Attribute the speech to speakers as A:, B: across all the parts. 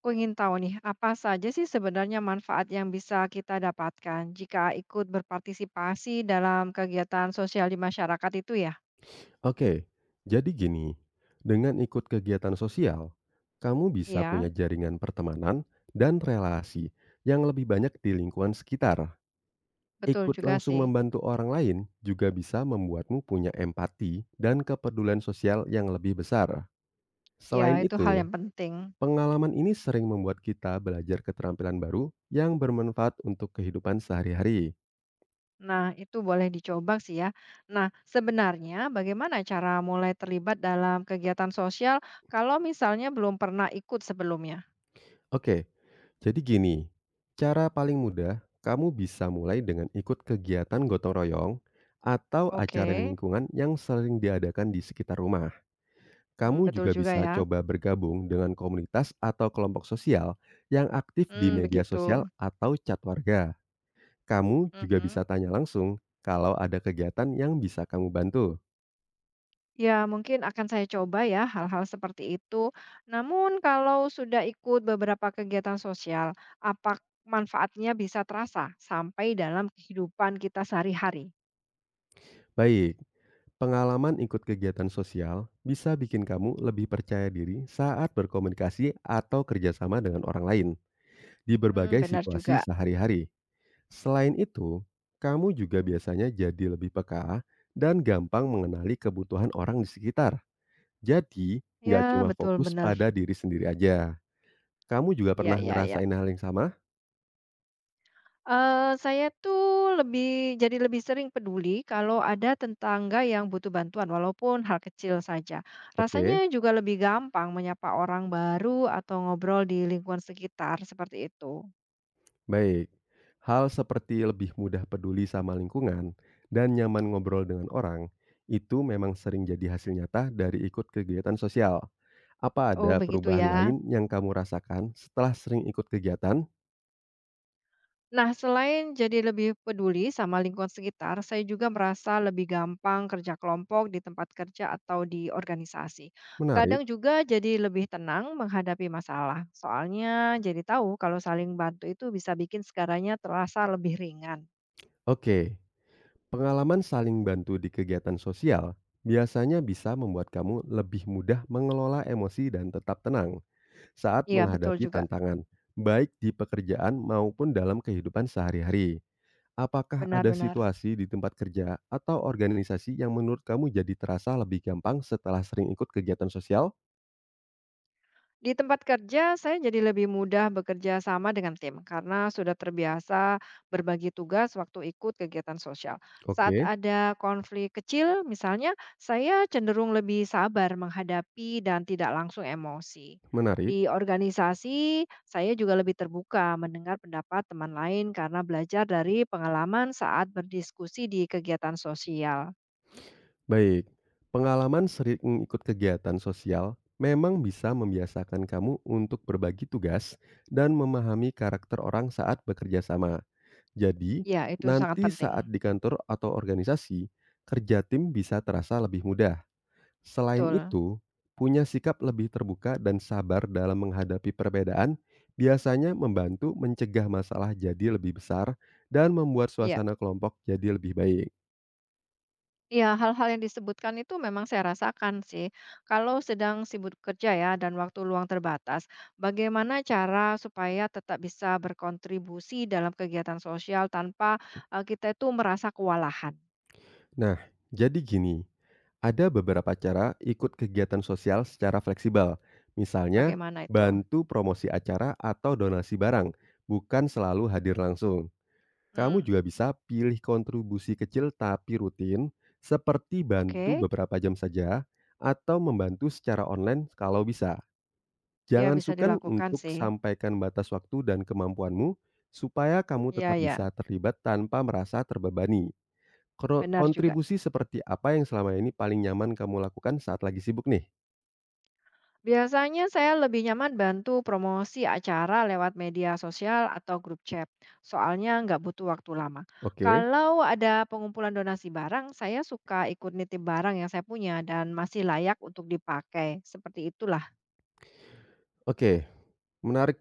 A: Aku ingin tahu nih, apa saja sih sebenarnya manfaat yang bisa kita dapatkan jika ikut berpartisipasi dalam kegiatan sosial di masyarakat itu ya?
B: Oke, jadi gini, dengan ikut kegiatan sosial, kamu bisa
A: Iya,
B: punya jaringan pertemanan dan relasi yang lebih banyak di lingkungan sekitar.
A: betul
B: Ikut
A: juga
B: langsung
A: sih.
B: membantu orang lain juga bisa membuatmu punya empati dan kepedulian sosial yang lebih besar.
A: Ya,
B: Selain
A: itu hal
B: itu,
A: yang penting.
B: pengalaman ini sering membuat kita belajar keterampilan baru yang bermanfaat untuk kehidupan sehari-hari.
A: Nah, itu boleh dicoba sih ya. Nah, sebenarnya bagaimana cara mulai terlibat dalam kegiatan sosial kalau misalnya belum pernah ikut sebelumnya?
B: Oke, jadi gini, cara paling mudah kamu bisa mulai dengan ikut kegiatan gotong royong atau acara
A: Oke,
B: lingkungan yang sering diadakan di sekitar rumah.
A: hmm,
B: Kamu
A: betul
B: juga
A: juga
B: bisa
A: ya.
B: coba bergabung dengan komunitas atau kelompok sosial yang aktif di
A: Hmm,
B: media
A: begitu.
B: sosial atau chat warga. Kamu juga bisa
A: Mhm.
B: tanya langsung kalau ada kegiatan yang bisa kamu bantu.
A: Ya, mungkin akan saya coba ya hal-hal seperti itu. Namun kalau sudah ikut beberapa kegiatan sosial, apa manfaatnya bisa terasa sampai dalam kehidupan kita sehari-hari?
B: Baik, pengalaman ikut kegiatan sosial bisa bikin kamu lebih percaya diri saat berkomunikasi atau kerjasama dengan orang lain di
A: Hmm,
B: berbagai
A: benar
B: situasi
A: juga.
B: sehari-hari. Selain itu, kamu juga biasanya jadi lebih peka dan gampang mengenali kebutuhan orang di sekitar. Jadi, nggak
A: Ya,
B: cuma
A: betul
B: fokus
A: benar.
B: pada diri sendiri aja. Kamu juga
A: Ya,
B: pernah
A: ya, ya.
B: ngerasain hal yang sama?
A: Saya tuh jadi lebih sering peduli kalau ada tetangga yang butuh bantuan walaupun hal kecil saja. Rasanya
B: Oke.
A: juga lebih gampang menyapa orang baru atau ngobrol di lingkungan sekitar seperti itu.
B: Baik, hal seperti lebih mudah peduli sama lingkungan dan nyaman ngobrol dengan orang itu memang sering jadi hasil nyata dari ikut kegiatan sosial. Apa
A: Oh,
B: ada
A: begitu ya.
B: perubahan lain yang kamu rasakan setelah sering ikut kegiatan?
A: Nah, selain jadi lebih peduli sama lingkungan sekitar, saya juga merasa lebih gampang kerja kelompok di tempat kerja atau di organisasi.
B: Menarik.
A: Kadang juga jadi lebih tenang menghadapi masalah. Soalnya jadi tahu kalau saling bantu itu bisa bikin segaranya terasa lebih ringan.
B: Oke, pengalaman saling bantu di kegiatan sosial biasanya bisa membuat kamu lebih mudah mengelola emosi dan tetap tenang saat
A: Iya, betul
B: menghadapi
A: juga.
B: tantangan, baik di pekerjaan maupun dalam kehidupan sehari-hari. Apakah ada
A: Benar-benar.
B: situasi di tempat kerja atau organisasi yang menurut kamu jadi terasa lebih gampang setelah sering ikut kegiatan sosial?
A: Di tempat kerja, saya jadi lebih mudah bekerja sama dengan tim karena sudah terbiasa berbagi tugas waktu ikut kegiatan sosial. Saat
B: Oke,
A: ada konflik kecil, misalnya, saya cenderung lebih sabar menghadapi dan tidak langsung emosi.
B: menarik.
A: Di organisasi, saya juga lebih terbuka mendengar pendapat teman lain karena belajar dari pengalaman saat berdiskusi di kegiatan sosial.
B: Baik, pengalaman sering ikut kegiatan sosial memang bisa membiasakan kamu untuk berbagi tugas dan memahami karakter orang saat bekerja sama. Jadi,
A: Ya, itu sangat
B: nanti
A: penting.
B: saat di kantor atau organisasi, kerja tim bisa terasa lebih mudah. Selain
A: Betul.
B: itu, punya sikap lebih terbuka dan sabar dalam menghadapi perbedaan biasanya membantu mencegah masalah jadi lebih besar dan membuat
A: Ya.
B: suasana kelompok jadi lebih baik.
A: Iya, hal-hal yang disebutkan itu memang saya rasakan sih. Kalau sedang sibuk kerja ya dan waktu luang terbatas, bagaimana cara supaya tetap bisa berkontribusi dalam kegiatan sosial tanpa kita itu merasa kewalahan?
B: Nah, jadi gini, ada beberapa cara ikut kegiatan sosial secara fleksibel. Misalnya,
A: Bagaimana itu?
B: bantu promosi acara atau donasi barang, bukan selalu hadir langsung. Kamu
A: Hmm,
B: juga bisa pilih kontribusi kecil tapi rutin, seperti bantu
A: oke.
B: beberapa jam saja atau membantu secara online kalau bisa.
A: Ya
B: Jangan
A: bisa
B: sukar
A: dilakukan
B: untuk
A: sih.
B: sampaikan batas waktu dan kemampuanmu supaya kamu
A: Iya,
B: tetap
A: ya,
B: bisa terlibat tanpa merasa terbebani.
A: benar juga.
B: Kontribusi seperti apa yang selama ini paling nyaman kamu lakukan saat lagi sibuk nih?
A: Biasanya saya lebih nyaman bantu promosi acara lewat media sosial atau grup chat, soalnya nggak butuh waktu lama.
B: Oke,
A: Kalau ada pengumpulan donasi barang, saya suka ikut nitip barang yang saya punya dan masih layak untuk dipakai. Seperti itulah,
B: oke. Menarik.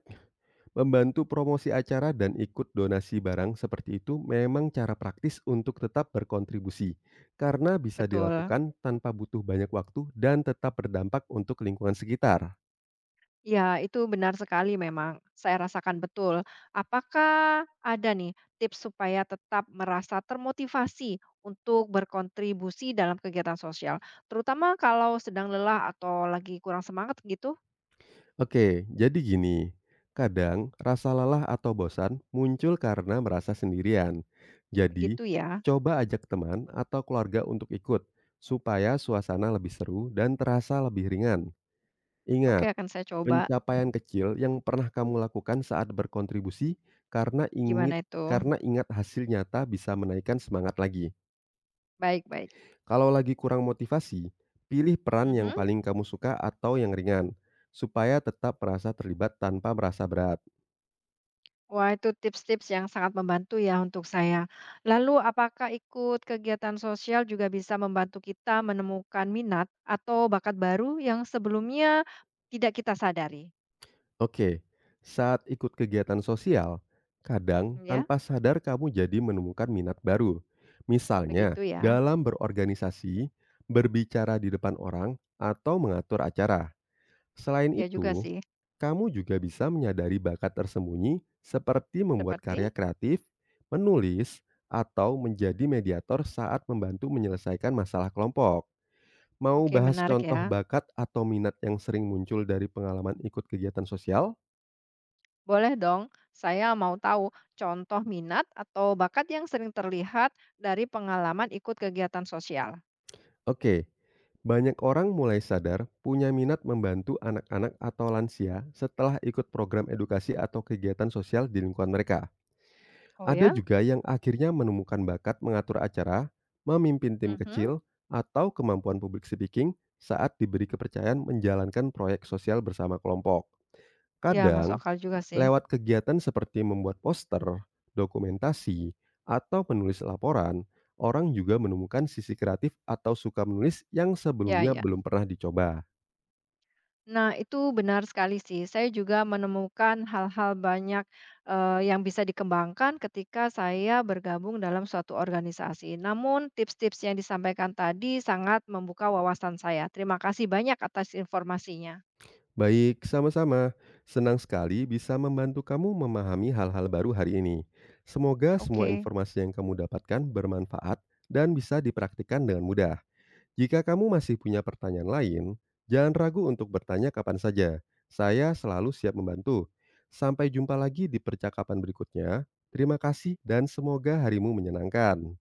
B: Membantu promosi acara dan ikut donasi barang seperti itu memang cara praktis untuk tetap berkontribusi, karena bisa
A: betul.
B: dilakukan tanpa butuh banyak waktu dan tetap berdampak untuk lingkungan sekitar.
A: Ya itu benar sekali memang. Saya rasakan betul. Apakah ada nih tips supaya tetap merasa termotivasi untuk berkontribusi dalam kegiatan sosial, terutama kalau sedang lelah atau lagi kurang semangat gitu?
B: Oke, jadi gini, kadang rasa lelah atau bosan muncul karena merasa sendirian. Jadi,
A: Begitu ya.
B: coba ajak teman atau keluarga untuk ikut, supaya suasana lebih seru dan terasa lebih ringan.
A: Oke,
B: Ingat,
A: akan saya coba.
B: pencapaian kecil yang pernah kamu lakukan saat berkontribusi
A: Gimana itu?
B: karena ingat hasil nyata bisa menaikkan semangat lagi.
A: Baik, baik.
B: Kalau lagi kurang motivasi, pilih peran yang
A: Mhm.
B: paling kamu suka atau yang ringan, supaya tetap merasa terlibat tanpa merasa berat.
A: Wah, itu tips-tips yang sangat membantu ya untuk saya. Lalu, apakah ikut kegiatan sosial juga bisa membantu kita menemukan minat atau bakat baru yang sebelumnya tidak kita sadari?
B: Oke, saat ikut kegiatan sosial, kadang
A: Ya,
B: tanpa sadar kamu jadi menemukan minat baru.
A: begitu
B: Misalnya,
A: ya.
B: dalam berorganisasi, berbicara di depan orang, atau mengatur acara. Selain
A: Ya juga
B: itu,
A: sih.
B: kamu juga bisa menyadari bakat tersembunyi seperti membuat karya
A: Seperti,
B: kreatif, menulis, atau menjadi mediator saat membantu menyelesaikan masalah kelompok. Mau
A: oke
B: bahas
A: menarik
B: contoh
A: ya.
B: bakat atau minat yang sering muncul dari pengalaman ikut kegiatan sosial?
A: Boleh dong, saya mau tahu contoh minat atau bakat yang sering terlihat dari pengalaman ikut kegiatan sosial.
B: Oke, banyak orang mulai sadar punya minat membantu anak-anak atau lansia setelah ikut program edukasi atau kegiatan sosial di lingkungan mereka.
A: Oh
B: Ada
A: ya?
B: juga yang akhirnya menemukan bakat mengatur acara, memimpin tim
A: Mhm.
B: kecil, atau kemampuan public speaking saat diberi kepercayaan menjalankan proyek sosial bersama kelompok.
A: Ya, masuk
B: Kadang,
A: akal juga sih.
B: lewat kegiatan seperti membuat poster, dokumentasi, atau menulis laporan, orang juga menemukan sisi kreatif atau suka menulis yang
A: Ya,
B: sebelumnya
A: ya.
B: belum pernah dicoba.
A: Nah, itu benar sekali sih. Saya juga menemukan hal-hal banyak yang bisa dikembangkan ketika saya bergabung dalam suatu organisasi. Namun, tips-tips yang disampaikan tadi sangat membuka wawasan saya. Terima kasih banyak atas informasinya.
B: Baik, sama-sama. Senang sekali bisa membantu kamu memahami hal-hal baru hari ini. Semoga semua
A: Oke.
B: informasi yang kamu dapatkan bermanfaat dan bisa dipraktikkan dengan mudah. Jika kamu masih punya pertanyaan lain, jangan ragu untuk bertanya kapan saja. Saya selalu siap membantu. Sampai jumpa lagi di percakapan berikutnya. Terima kasih dan semoga harimu menyenangkan.